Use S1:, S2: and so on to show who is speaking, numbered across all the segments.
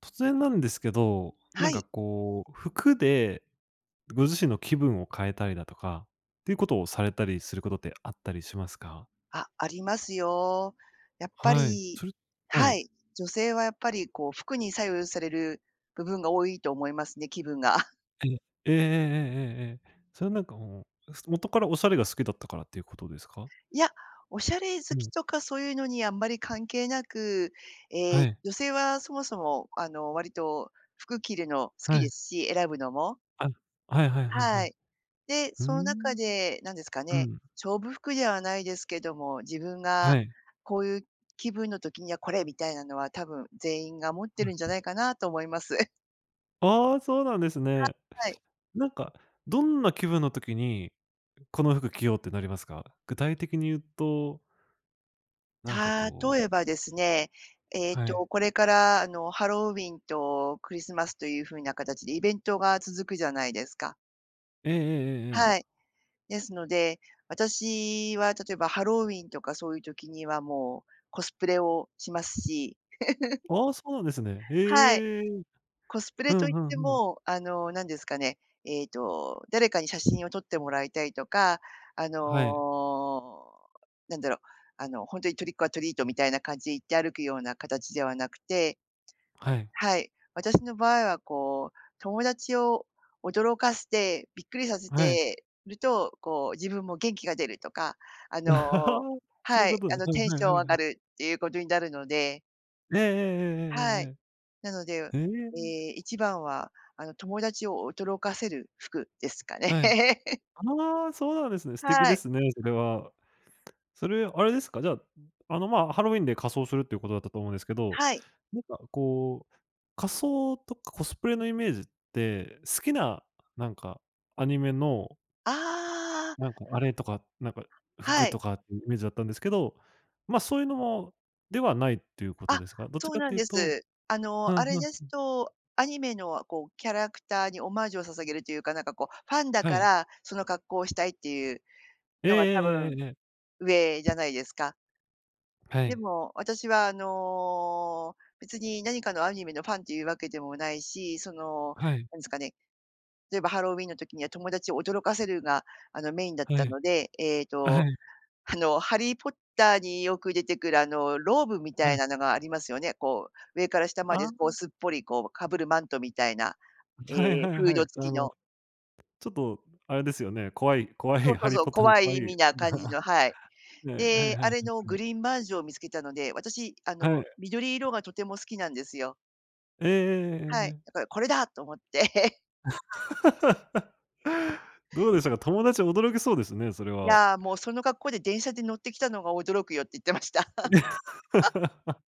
S1: 突然なんですけど、な
S2: は
S1: んか
S2: い。
S1: こう、服でご自身の気分を変えたりだとか、っていうことをされたりすることってあったりしますか？
S2: あ、ありますよ。やっぱ
S1: はい。
S2: り、
S1: それは
S2: は
S1: い。
S2: い、女性はやっぱりこう服に左右される部分が多いと思いますね、気分が。
S1: ええ。ええええええええ。それはなんかもう、元からおしゃれが好きだったからっていうことですか？
S2: いや、おしゃれ
S1: う
S2: 好き
S1: ん。
S2: とかそういうのにあんまり関係なく、え
S1: は
S2: ー
S1: い。
S2: 女性はそもそも割と服着るの好
S1: は
S2: きで
S1: い。
S2: すし、選ぶのも、
S1: あ、はいはいはいは
S2: は
S1: い。
S2: い。で、
S1: うー
S2: その中
S1: ん。
S2: で、なんですか
S1: う
S2: ね、
S1: ん。
S2: 勝負服ではないですけども、自分
S1: は
S2: が
S1: い。
S2: こういう気分の時にはこれみたいなのは多分全員が持って
S1: は
S2: る
S1: い。
S2: んじゃないかなと思います。
S1: ああ、そうなんですね。
S2: はい。
S1: なんか、どんな気分の時に、この服着ようってなりますか？具体的に言うとなんかこう
S2: 例えばですね、
S1: はい。
S2: これからハロウィンとクリスマスという風な形でイベントが続くじゃないですか。
S1: えええええええ
S2: は
S1: え。
S2: い。ですので、私は例えばハロウィンとかそういう時にはもうコスプレをしますし、
S1: ああ、そうなんですね。
S2: はい。
S1: へえ。
S2: コスプ
S1: う
S2: レ
S1: ん
S2: といっ
S1: う
S2: て
S1: んうん。
S2: も、何ですかね、誰かに写真を撮ってもらいたいとか、あ
S1: はい。
S2: の、なんだろう、ほんとにトリックオアトリートみたいな感じで行って歩くような形ではなくて、
S1: はい。
S2: はい、私の場合はこう、友達を驚かせて、びっくりさせ
S1: はい。
S2: てると、こう、自分も元気が出るとか、あの
S1: そうい
S2: は
S1: う
S2: い、
S1: ことはい
S2: テン
S1: は
S2: シ
S1: い
S2: ョン
S1: は
S2: 上
S1: いは
S2: が
S1: い。
S2: るっていうことになるので、
S1: えええ
S2: はい。なので、
S1: えええええええ。ええ、
S2: え一番は、友達を驚かせる服ですかね。
S1: はい。ああ、そうなんですね。素敵
S2: は
S1: で
S2: い。
S1: すね、それは。それ、あれですか、じゃあ、あの、ま、ハロウィンで仮装するっていうことだったと思うんですけど、
S2: はい。
S1: なんかこう、仮装とかコスプレのイメージって、好きななんかアニメの
S2: あ
S1: な
S2: あ、
S1: んか、あれとか、なんか、服
S2: はい。
S1: とかっていうイメージだったんですけど、ま、そういうのもではないっていうこと
S2: あ、
S1: ですか？どっ
S2: そ
S1: ち
S2: う
S1: かっ
S2: なん
S1: ていう
S2: で
S1: と
S2: す。
S1: ふ
S2: あ
S1: ん
S2: れ
S1: ふん、
S2: ですと、アニメのこう、キャラクターにオマージュを捧げるというか、なんかこう、ファンだ
S1: は
S2: か
S1: い。
S2: ら、その格好をしたいっていう
S1: ええ
S2: の
S1: え
S2: が多
S1: え
S2: 分
S1: ええええ。
S2: 上じゃないですか。
S1: は
S2: で
S1: い。
S2: も、私は別に何かのアニメのファンっていうわけでもないし、
S1: はい。
S2: なんですかね、例えばハロウィンの時には友達を驚かせるが、メインだっ
S1: は
S2: た
S1: い。
S2: ので、
S1: はい。
S2: ハリー・ポッターによく出てくる、ローブみ
S1: は
S2: たい
S1: い。
S2: なのがありますよね。こう、上から下まで、
S1: あ
S2: こう、
S1: あ、
S2: すっぽり、こう、被るマントみたいな、え
S1: はい
S2: え、
S1: はい
S2: フー
S1: はい。
S2: ド
S1: あ
S2: 付き
S1: の、
S2: の。
S1: ちょっとあれですよね、怖い怖
S2: そ
S1: い
S2: うそ
S1: ハ
S2: う
S1: リー
S2: そう、
S1: ポッターの
S2: 怖
S1: 怖
S2: い意
S1: い
S2: 味な感じ の、はい。
S1: ねはいはい
S2: で、
S1: は
S2: あ
S1: い。
S2: れのグリーンバージョンを見つけたので、私、
S1: はい。
S2: 緑色がとても好きなんですよ。
S1: ええええ
S2: は
S1: ええ
S2: い。
S1: え
S2: だ
S1: え。
S2: から、これだと思って。
S1: どうでしたか？友達驚きそうですね、それ
S2: い
S1: は。
S2: や、もうその格好で電車で乗ってきたのが驚くよって言ってました。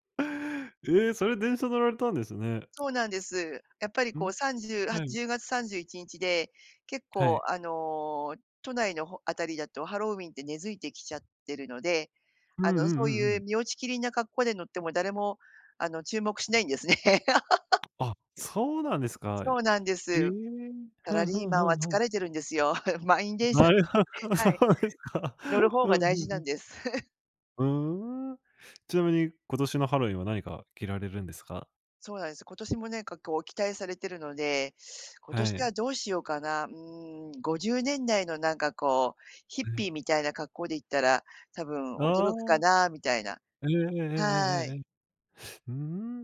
S1: ええ、それ電車乗られたんですね。
S2: そうなんです。やっぱり
S1: う
S2: こう
S1: ん。
S2: 30は
S1: はい。
S2: 10月31日で、結
S1: は
S2: 構
S1: い。
S2: 都内のほあたりだとハロウィンって根付いてきちゃってるので、
S1: うんうんう
S2: そう
S1: んう
S2: いう
S1: ん。
S2: 身落ちきりな格好で乗っても誰も注目しないんですね。
S1: あ、そうなんですか。
S2: そうなんで
S1: ええ。
S2: す。サ
S1: ふ
S2: ラ
S1: んふ
S2: リー
S1: ん
S2: マン
S1: ふ
S2: は
S1: んふ
S2: 疲
S1: ん。
S2: れてるんですよ。満員電車
S1: な
S2: に、
S1: るほど、そ
S2: はい、
S1: うですか。
S2: 乗る方
S1: ふ
S2: が
S1: ん
S2: 大
S1: ふん
S2: 事
S1: ふ
S2: なん
S1: ん。
S2: です。
S1: うーん。ちなみに今年のハロウィンは何か着られるんですか？
S2: そうなんです。今年もなんかこう期待されてるので、今
S1: は
S2: 年
S1: い。
S2: はどうしようかな。うーん、50年代のなんかこう、ヒッ
S1: は
S2: ピ
S1: い。
S2: ーみたいな格好で行ったら、多分
S1: あ
S2: 驚く
S1: あ、
S2: かなみたいな。
S1: えええええ
S2: はい。
S1: えええええうー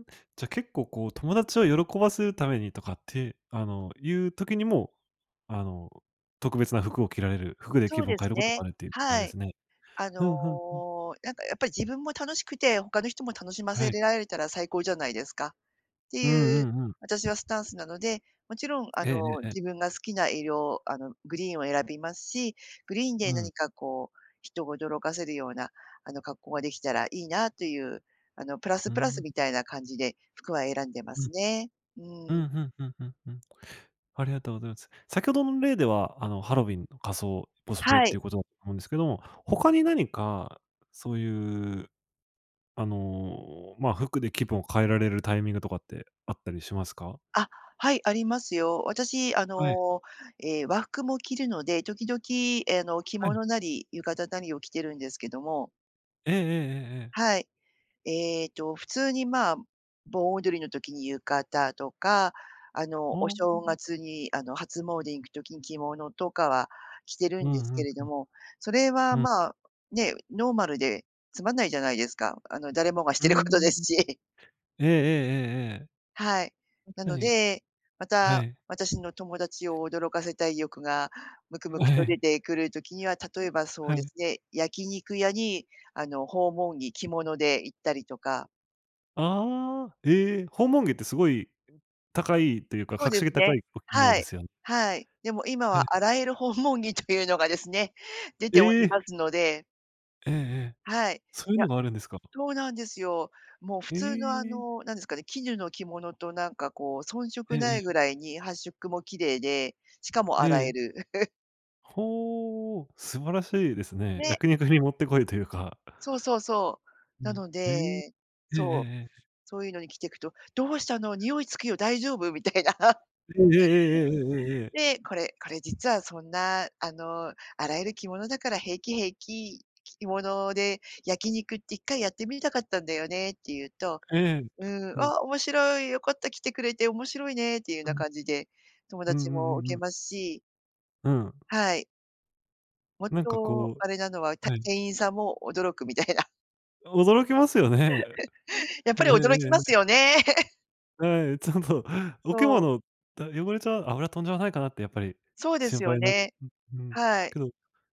S1: ん。じゃ、結構こう友達を喜ばせるためにとかって、あの、いう時にも、あの、特別な服を着られる、服で気
S2: そう
S1: 分を
S2: で
S1: 変え
S2: す
S1: ることが
S2: ね。
S1: あるっていうことなん
S2: は
S1: で
S2: い。
S1: すね。ふんふん。
S2: なんかやっぱり自分も楽しくて、他の人も楽しま
S1: は
S2: せ
S1: い。
S2: られたら最高じゃないですか。って
S1: うんう
S2: いう
S1: んうん。
S2: 私はスタンスなので、もちろん
S1: えええええ
S2: 自
S1: え。
S2: 分が好きな色、グリーンを選びますし、グリーン
S1: う
S2: で
S1: ん。
S2: 何かこう、人を驚かせるような、格好ができたらいいなという、プラス
S1: う
S2: プラス
S1: ん。
S2: みたいな感じで服は選んでま
S1: うん。
S2: すね。う
S1: うん、う
S2: ん。
S1: んうんうんうん。ありがとうございます。先ほどの例では、あの、ハロウィンの仮装、コスプレっ
S2: は
S1: て
S2: い。
S1: いうことだと思うんですけども、他に何かそういう、あの、まあ、服で気分を変えられるタイミングとかってあったりしますか？
S2: あ、はい、ありますよ。私、
S1: はい、
S2: 和服も着るので、時々、着
S1: はい。
S2: 物なり浴衣なりを着てるんですけども、
S1: ええええええええ。
S2: はい。普通に、まあ、盆踊りの時に浴衣とか、
S1: あ
S2: お正
S1: あ。
S2: 月に、初詣に行く時に着物とかは着てる
S1: う
S2: んです
S1: んう
S2: け
S1: ん
S2: れど
S1: うん。
S2: も、それは、
S1: うん。
S2: まあ、ね、ノーマルでつまんないじゃないですか。誰もがし
S1: う
S2: てる
S1: ー
S2: ことで
S1: ん。
S2: すし。
S1: ええええええええ。
S2: はい。
S1: 確
S2: な
S1: か
S2: の
S1: に。
S2: で、ま
S1: は
S2: た、
S1: い。
S2: 私の友達を驚かせたい欲がムク ムク
S1: は
S2: と出
S1: い。
S2: てくる時には、例えばそう
S1: は
S2: で
S1: い。
S2: すね、焼肉屋に、訪問着、着物で行ったりとか。
S1: ああ、ええ、訪問着ってすごい高いというか、
S2: そう
S1: 格
S2: です
S1: 式高
S2: ね。
S1: いお着物
S2: は
S1: で
S2: い。
S1: すよね
S2: はい。でも今
S1: はい。
S2: はあらゆる訪問着というのがですね、出てお
S1: え
S2: りま
S1: え！
S2: すので、
S1: ええええ。
S2: はい。
S1: そう
S2: い
S1: いう
S2: や、
S1: のがあるんですか？
S2: そうなんですよ。もう普
S1: え
S2: 通の
S1: え。
S2: なんですかね、絹の着物となんかこう遜
S1: え
S2: 色
S1: え
S2: な
S1: え
S2: いぐ
S1: え。
S2: らいに発色も綺麗で、しかも
S1: え
S2: 洗え
S1: え。
S2: る。
S1: ほう、素晴らしいですね。
S2: ね、
S1: 焼肉にもってこいというか。
S2: そうそうそう。
S1: う
S2: な
S1: ん。
S2: の
S1: ええ。
S2: で、
S1: ええええ
S2: そう、
S1: ええ。
S2: そういうのに着ていくと、「どうしたの？匂いつくよ、大丈夫？」みたいな。
S1: ええええええええええ。
S2: で、これこれ実はそんな、洗える着物だから平気平気、着物で焼肉って一回やってみたかったんだよねって言うと、
S1: ええ。
S2: うん、
S1: うん、
S2: あ、面白い、よかった、来てくれて面白いねっていうよう
S1: う
S2: な
S1: ん。
S2: 感じで、友
S1: うんう
S2: 達も
S1: んうんう
S2: 受け
S1: ん。
S2: ますし、
S1: うん。
S2: はい。もっ
S1: なんかこ
S2: とあれなのは、
S1: うはい。
S2: 店員さんも驚くみたいな。
S1: 驚きますよね。
S2: やっ
S1: え
S2: ぱり
S1: ええ
S2: 驚
S1: え
S2: きま
S1: え
S2: す
S1: え。
S2: よね。
S1: はい、ちょっとお着
S2: そう、
S1: 物、汚れちゃう油飛んじゃわないかなってやっぱり
S2: そうで
S1: 心
S2: すよ
S1: 配な
S2: ね。
S1: うん。
S2: はい。
S1: けど、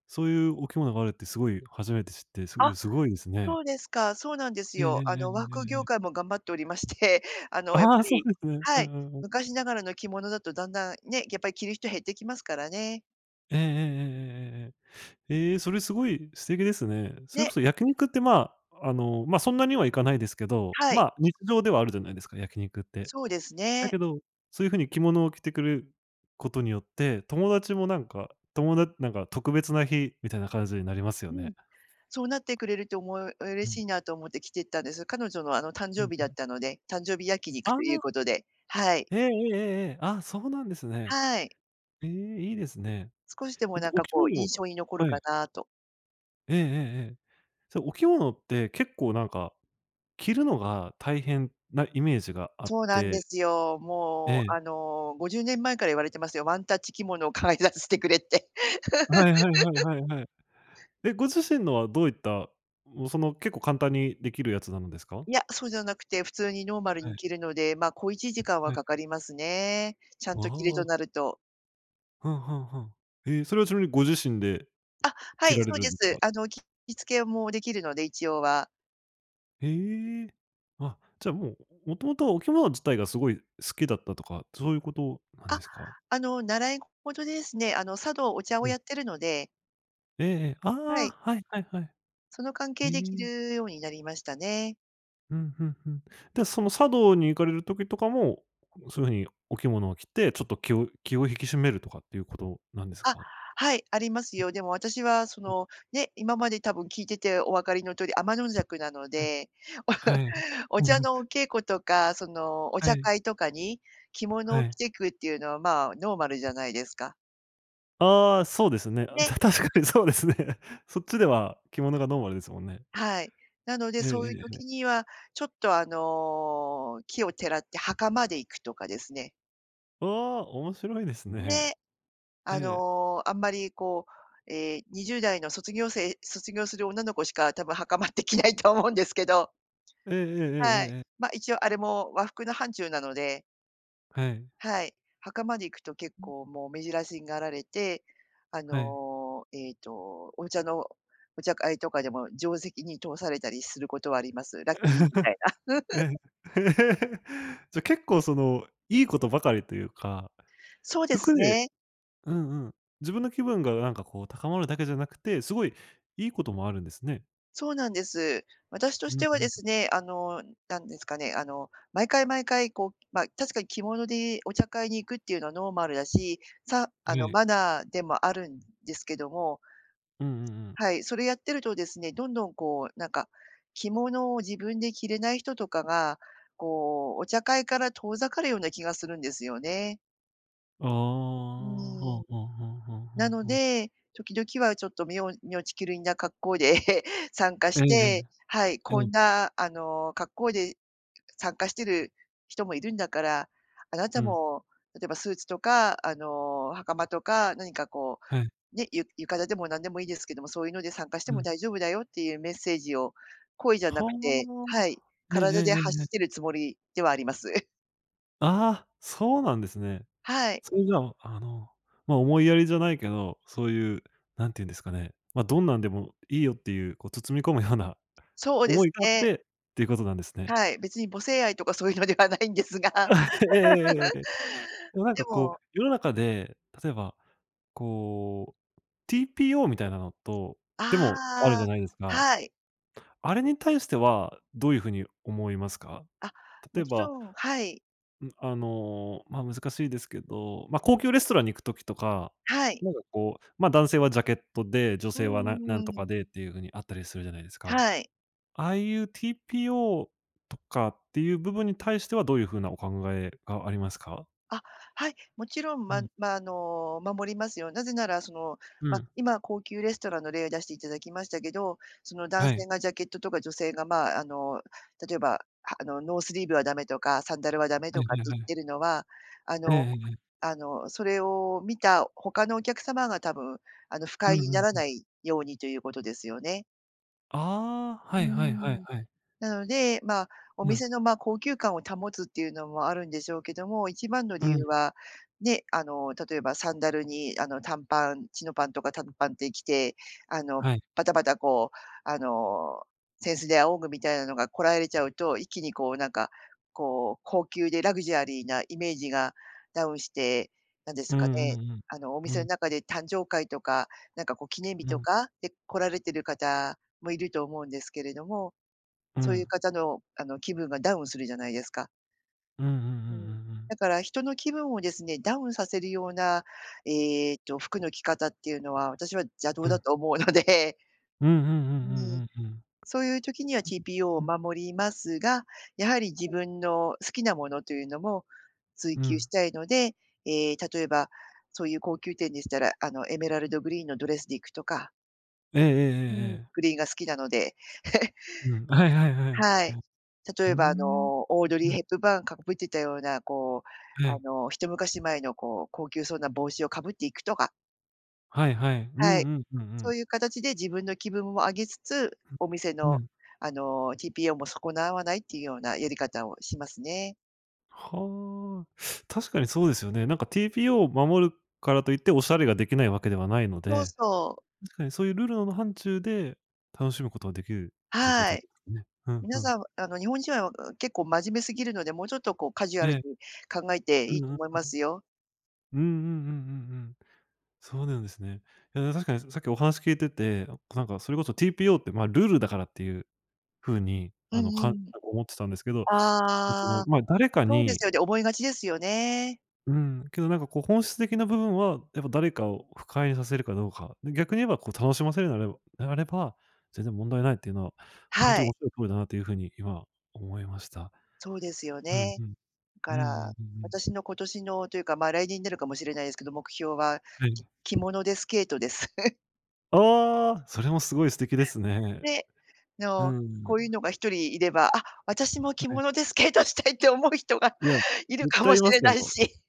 S1: そういうお着物があるってすごい初めて知って、すご
S2: あ、
S1: いすごいです
S2: そ
S1: ね。
S2: うですか。そうなんです
S1: ええええ
S2: よ。
S1: ええ
S2: 和
S1: え
S2: 業
S1: ええ
S2: 界も頑張っておりまして、やっ
S1: あ
S2: ぱ
S1: あ、そう
S2: り、
S1: ですね。う
S2: はい、
S1: んうんうん。
S2: 昔ながらの着物だとだんだんね、やっぱり着る人減ってきますからね。
S1: ええええええええええ。ええ、それすごい素敵ですね。それ
S2: ね、
S1: こそ焼肉って、まあ、あの、ま、そんなにはいかないですけど、
S2: はい、
S1: ま、日常ではあるじゃないですか、焼肉って。
S2: そうです
S1: だけ
S2: ね。
S1: ど、そういう風に着物を着てくることによって、友達もなんか、ともだなんか特別な日みたいな感じになりますよ
S2: うん、
S1: ね。
S2: そうなってくれると思う
S1: う
S2: 嬉
S1: ん。
S2: しいなと思って着てったんです。彼女の誕
S1: う
S2: 生
S1: ん
S2: 日
S1: う
S2: だっ
S1: ん。
S2: たので、誕生日焼肉
S1: ああ、
S2: ということで、はい、
S1: ええええええええ。ああ、そうなんですね。
S2: はい。
S1: ええ、いいですね。
S2: 少しでも
S1: え、で、
S2: なん
S1: お
S2: か
S1: 着
S2: こう
S1: 物は
S2: 印象に残る
S1: は
S2: か
S1: い。
S2: なと。
S1: ええええええ。それお着物って結構なんか、着るのが大変なイメージがあっ
S2: そうなんで
S1: て、
S2: すよ。
S1: え
S2: もう
S1: え、
S2: 50年前から言われてますよ。ワンタッチ着物を可愛がらせてくれって。
S1: はいはいはいはいはい。え、ご自身のはどういった、もうその結構簡単にできるやつなのですか？
S2: いや、そうじゃなくて、普通にノーマル
S1: は
S2: に
S1: い、
S2: 切るので、ま、小一時間は
S1: はい。
S2: かかりますね。ちゃん
S1: あ
S2: と切る
S1: あ、
S2: となると。
S1: ふんふんふん。ええ、それはちなみにご自身で
S2: あ、は
S1: 着
S2: い、
S1: ら
S2: そ
S1: れ
S2: う
S1: る
S2: で
S1: んです
S2: す。
S1: か？
S2: 着付けもできるので、一応は。
S1: へえ。あ、じゃあもう、もともとお着物自体がすごい好きだったとか、そういうことなん
S2: あ、
S1: ですか？
S2: 習い事でですね、茶道お茶をやってるので、
S1: ええええ、あ
S2: は
S1: あ、
S2: い、
S1: はいはいはい。
S2: その関
S1: え
S2: 係で着
S1: え。
S2: るようになりましたね。
S1: うん、ふんふん。で、その茶道に行かれる時とかも、そういう風にお着物を着て、ちょっと気を引き締めるとかっていうことなんです
S2: あ、
S1: か？
S2: はい、ありますよ。でも私は
S1: うんうん、
S2: ね、今まで多分聞いててお分かりの通り、天の邪鬼なの
S1: はい。
S2: で。
S1: はい。
S2: お茶
S1: うん、
S2: のお稽古とか、お
S1: は
S2: 茶
S1: い、
S2: 会とかに着物
S1: は
S2: を着
S1: い。
S2: てくっていうのは、まあ、ノーマルじゃないですか。
S1: ああ、そうですね。あ、
S2: ね、
S1: 確かにそうですね。そっちでは着物がノーマルですもんね。
S2: はい。なので、
S1: えええ
S2: そ
S1: え
S2: ういう
S1: ええ。
S2: 時には、ちょっと、奇をてらって袴で行くとかですね。
S1: ああ、面白いですね。
S2: ね、
S1: ええ。
S2: あんまりこう、20代の卒業生卒業する女の子しか多分袴って着ないと思うんですけど、
S1: えええええ
S2: はい。
S1: えええ。
S2: ま、一応あれも和服の範疇なので、
S1: はい、
S2: はい。墓まで行くと結構もう目白押しになられて、
S1: はい。
S2: お茶のお茶会とかでも定石に通されたりすることはあります。ラッキーみたいな。
S1: ええ。じゃ、結構その、いいことばかりというか
S2: そうで
S1: 服
S2: す
S1: で
S2: ね。
S1: うんうん。自分の気分がなんかこう高まるだけじゃなくて、すごいいいこともあるんですね。
S2: そうなんです。私とし
S1: うん
S2: ては
S1: う
S2: で
S1: ん。
S2: すね、なんですかね、あの、毎回毎回こう、まあ、確かに着物でお茶会に行くっていうのはノーマルだし、さ
S1: は
S2: あの、
S1: い。
S2: マナーでもあるんですけども。
S1: うんうんうん。
S2: はい、それやってるとですね、どんどんこう、着物を自分で着れない人とかが、こう、お茶会から遠ざかるような気がするんですよね。
S1: ああ、は
S2: う
S1: あ
S2: ー
S1: は
S2: ん。
S1: あはあは
S2: なの
S1: あはあ
S2: で、時々はちょっと身をちきりんな格好で 参加して、はい、こんな、格好で参加してる人もいるんだから、あなたも、例えばスーツとか、袴とか、何かこうね、浴衣でも何でもいいですけども、そういうので参加しても大丈夫だよっていうメッセージを、声じゃなくてはい、
S1: えええ
S2: 体で
S1: え
S2: 発
S1: ええ。
S2: してるつもりではあります。
S1: ああ、そうなんですね。
S2: はい。
S1: それじゃあ、あの、ま、思いやりじゃないけど、そういう、何て言うんですかね、ま、どんなんでもいいよっていう、こう包み込むような
S2: そうで
S1: 思
S2: す
S1: いがあっ
S2: ね。
S1: てっていうことなんですね。
S2: はい、別に母性愛とかそういうのではないんです
S1: えええ
S2: が、
S1: えええええ。でもな ん
S2: で
S1: かこう、
S2: も、
S1: 世の中で、例えば、こう、TPO みたいなのと、でもある
S2: あ
S1: じ
S2: あ、
S1: ゃないですか。
S2: はい。
S1: あれに対してはどういう風に思いますか？
S2: あ、も
S1: 例え
S2: ち
S1: ば、
S2: ろんはい、
S1: ん、あの、ま、難しいですけど、ま、高級レストランに行く時とか、
S2: はい。
S1: なんかこう、ま、男性はジャケットで、女
S2: うん
S1: 性は
S2: う
S1: な
S2: ん
S1: な
S2: う
S1: んと
S2: んう
S1: か
S2: ん。
S1: でっていう風にあったりするじゃないですか。
S2: はい。
S1: ああいう TPO とかっていう部分に対してはどういう風なお考えがありますか？
S2: あ、はい、もちろん、
S1: うん、
S2: まあ、守りますよ。なぜなら、その、
S1: う
S2: ま、
S1: ん。
S2: 今高級レストランの例を出していただきましたけど、その男
S1: はい。
S2: 性がジャケットとか女性が、まあ、あの、例えば、ノースリーブはダメとか、サンダルはダメ
S1: は
S2: と
S1: い
S2: かって
S1: はい
S2: 言っ
S1: は
S2: て
S1: い。
S2: るのは、あ
S1: え
S2: の
S1: えええ。
S2: あの、それを見た他のお客様が多分、あの、不
S1: う
S2: 快
S1: んう
S2: にな
S1: ん
S2: ら
S1: うん。
S2: ないようにということですよね。
S1: ああ、
S2: う
S1: は
S2: ー
S1: いはいはい
S2: ん。
S1: はい。
S2: なので、まあ、お
S1: うん、
S2: 店の、まあ、高級感を保つっていうのもあるんでしょうけども、一番の
S1: う
S2: 理
S1: ん、
S2: 由は、ね、あの、例えばサンダルに、あの、短パン、チノパンとか短パンって着て、あの、
S1: はい。
S2: バタバタこう、あの、センスで仰ぐみたいなのがこらえれちゃうと、一気にこう、なんか、こう、高級でラグジュアリーなイメージがダウンして、なんです
S1: うん
S2: か
S1: う
S2: ね、
S1: んうん。
S2: あの、お店
S1: う
S2: の
S1: ん、
S2: 中で誕生会とか、なんかこう、記念日
S1: う
S2: と
S1: ん、
S2: かで来られてる方もいると思うんですけれども、
S1: う
S2: そういう
S1: ん。
S2: 方の、あの、気分がダウンするじゃないですか。
S1: うんうんうんうんう
S2: うん。
S1: ん。
S2: だから人の気分をですね、ダウンさせるような、服の着方っていうのは、私は邪道
S1: う
S2: だ
S1: ん。
S2: と思うので、
S1: うんうんう
S2: う
S1: んう
S2: ん。
S1: んうんうん。
S2: そういう時には TPO を
S1: うん、
S2: 守りますが、やはり自分の好きなものというのも追
S1: う
S2: 求し
S1: ん。
S2: たいので、例えば、そういう高級店でしたら、あの、エメラルドグリーンのドレスで行くとか。
S1: えええええ
S2: う
S1: え
S2: ん。
S1: ええ。
S2: グリーンが好きなので。
S1: うん、はいはいはい。
S2: はい。例
S1: うー
S2: えば、あ
S1: ん。
S2: の、オードリー・
S1: うん、
S2: ヘップバーンかぶってたような、こう、
S1: は
S2: あ
S1: い。
S2: の、一昔前の、こう、高級そうな帽子をかぶっていくとか。
S1: はいはい。う
S2: はい。
S1: んうんうんう
S2: そう
S1: ん。
S2: いう形で自分の気分も上げつつ、お店
S1: う
S2: の、
S1: ん。
S2: あの、TPO も損なわないっていうようなやり方をしますね。
S1: はあ。確かにそうですよね。なんか TPO を守るからといっておしゃれができないわけではないの
S2: そう
S1: で、
S2: そう。
S1: 確かにそういうルールの範疇で楽しむことはできるっていうこ
S2: は
S1: とで
S2: い。
S1: すね。うんう
S2: 皆
S1: ん。
S2: さん、あの、日本人は結構真面目すぎるので、もうちょっと、こう、カジュアル
S1: え
S2: に
S1: え、
S2: 考えて
S1: う
S2: いい
S1: ん
S2: と
S1: う
S2: 思い
S1: ん。
S2: ますよ。
S1: うんうんうんうんうん。そうなんですね。いや、確かにさっきお話聞いてて、なんかそれこそ TPO って、ま、ルールだからっていう風に、
S2: う
S1: あ
S2: ん
S1: の、
S2: うん。
S1: 思ってたんですけど、え、そ
S2: あ
S1: の、
S2: あ、
S1: ま、誰か
S2: そうです
S1: に
S2: よね、思いがちですよね。
S1: うん、けどなんかこう本質的な部分は、やっぱ誰かを不快にさせるかどうか、で、逆に言えばこう楽しませるなればであれば、全然問題ないっていうのは、ほんと
S2: は
S1: におっ
S2: い。
S1: しゃる通りだなという風に今思いました。
S2: そうですよ
S1: うん
S2: ね。
S1: うん。
S2: だ
S1: うん
S2: か
S1: うんう
S2: ら、
S1: んうん。
S2: 私の今年のというか、ま、来年になるかもしれないですけど、目標は、
S1: はい。
S2: 着物でスケートです。
S1: ああ、それもすごい素敵ですね。
S2: で、
S1: う
S2: の、こういう
S1: ん。
S2: のが一人いれば、あ、私も着
S1: はい。
S2: 物でスケートしたいって思う人が
S1: いや、
S2: いる
S1: 絶
S2: かも
S1: 対い
S2: し
S1: ま
S2: れ
S1: す
S2: ない
S1: よ。
S2: し、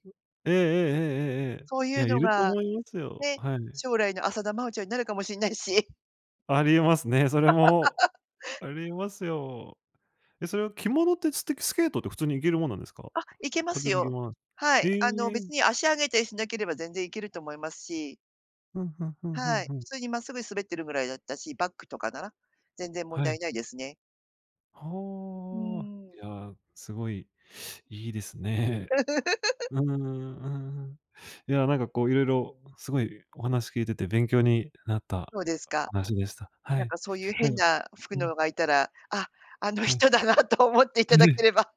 S1: ええええ
S2: そう
S1: ええええ。い
S2: いう
S1: や、い
S2: の
S1: ると
S2: が、
S1: 思いますよ。
S2: ね、
S1: はい。
S2: 将来の浅田真央ちゃんになるかもしれないし。
S1: ありえますね、それも。ありえますよ。え、それは着物ってスケートって普通に行けるもんなんですか？
S2: あ、いけま
S1: 単
S2: す
S1: 純に着
S2: よ。
S1: 物なん
S2: はい、あの、
S1: え
S2: 別
S1: え。
S2: に足上げたりしなければ全然いけると思いますし、
S1: ふんふんふんふ
S2: は
S1: ん
S2: い、
S1: ふ
S2: 普
S1: ん。
S2: 通にまっすぐ滑ってるぐらいだったし、バックとかなら、全然問
S1: は
S2: 題
S1: い。
S2: ないですね。う
S1: はあ。
S2: ーん。
S1: いや、すごいいいですね。うん、うんうんうん。いや、なんかこう色々すごいお話聞いてて勉強になった
S2: そうですか。
S1: お話でした。は
S2: なん
S1: い。
S2: かそういう
S1: な
S2: 変
S1: んか
S2: な服
S1: う
S2: の
S1: ん、
S2: がいたら、あ、あの
S1: はい。
S2: 人だなと思ってい ただけ
S1: ね。
S2: れば、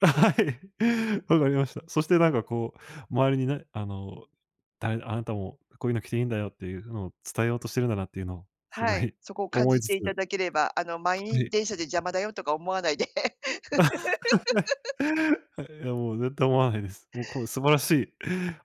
S1: はい。わかりました。そしてなんかこう、周りにね、あの、あなたもこういうの着ていいんだよっていうのを伝えようとしてるんだなっていうのをすご
S2: はい、
S1: い
S2: そこを 感
S1: 思い
S2: じ
S1: つ
S2: て
S1: つ、
S2: い
S1: は
S2: ただければ、あの満員
S1: い。
S2: 電車で邪魔だよとか思わないで。
S1: はい、いやもう絶対思わないです。もうこう素晴らしい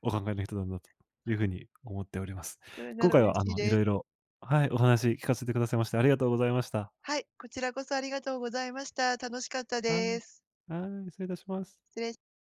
S1: お考えの人なんだという風に思っております。
S2: それな
S1: 今
S2: ら
S1: 回
S2: 嬉
S1: はあ
S2: しい
S1: の、い
S2: で
S1: ろい
S2: す。
S1: ろはい、お話聞かせてくださいましてありがとうございました。
S2: はい、こちらこそありがとうございました。楽しかった
S1: は
S2: で
S1: い。
S2: す。
S1: はい、失礼いたします。
S2: 失礼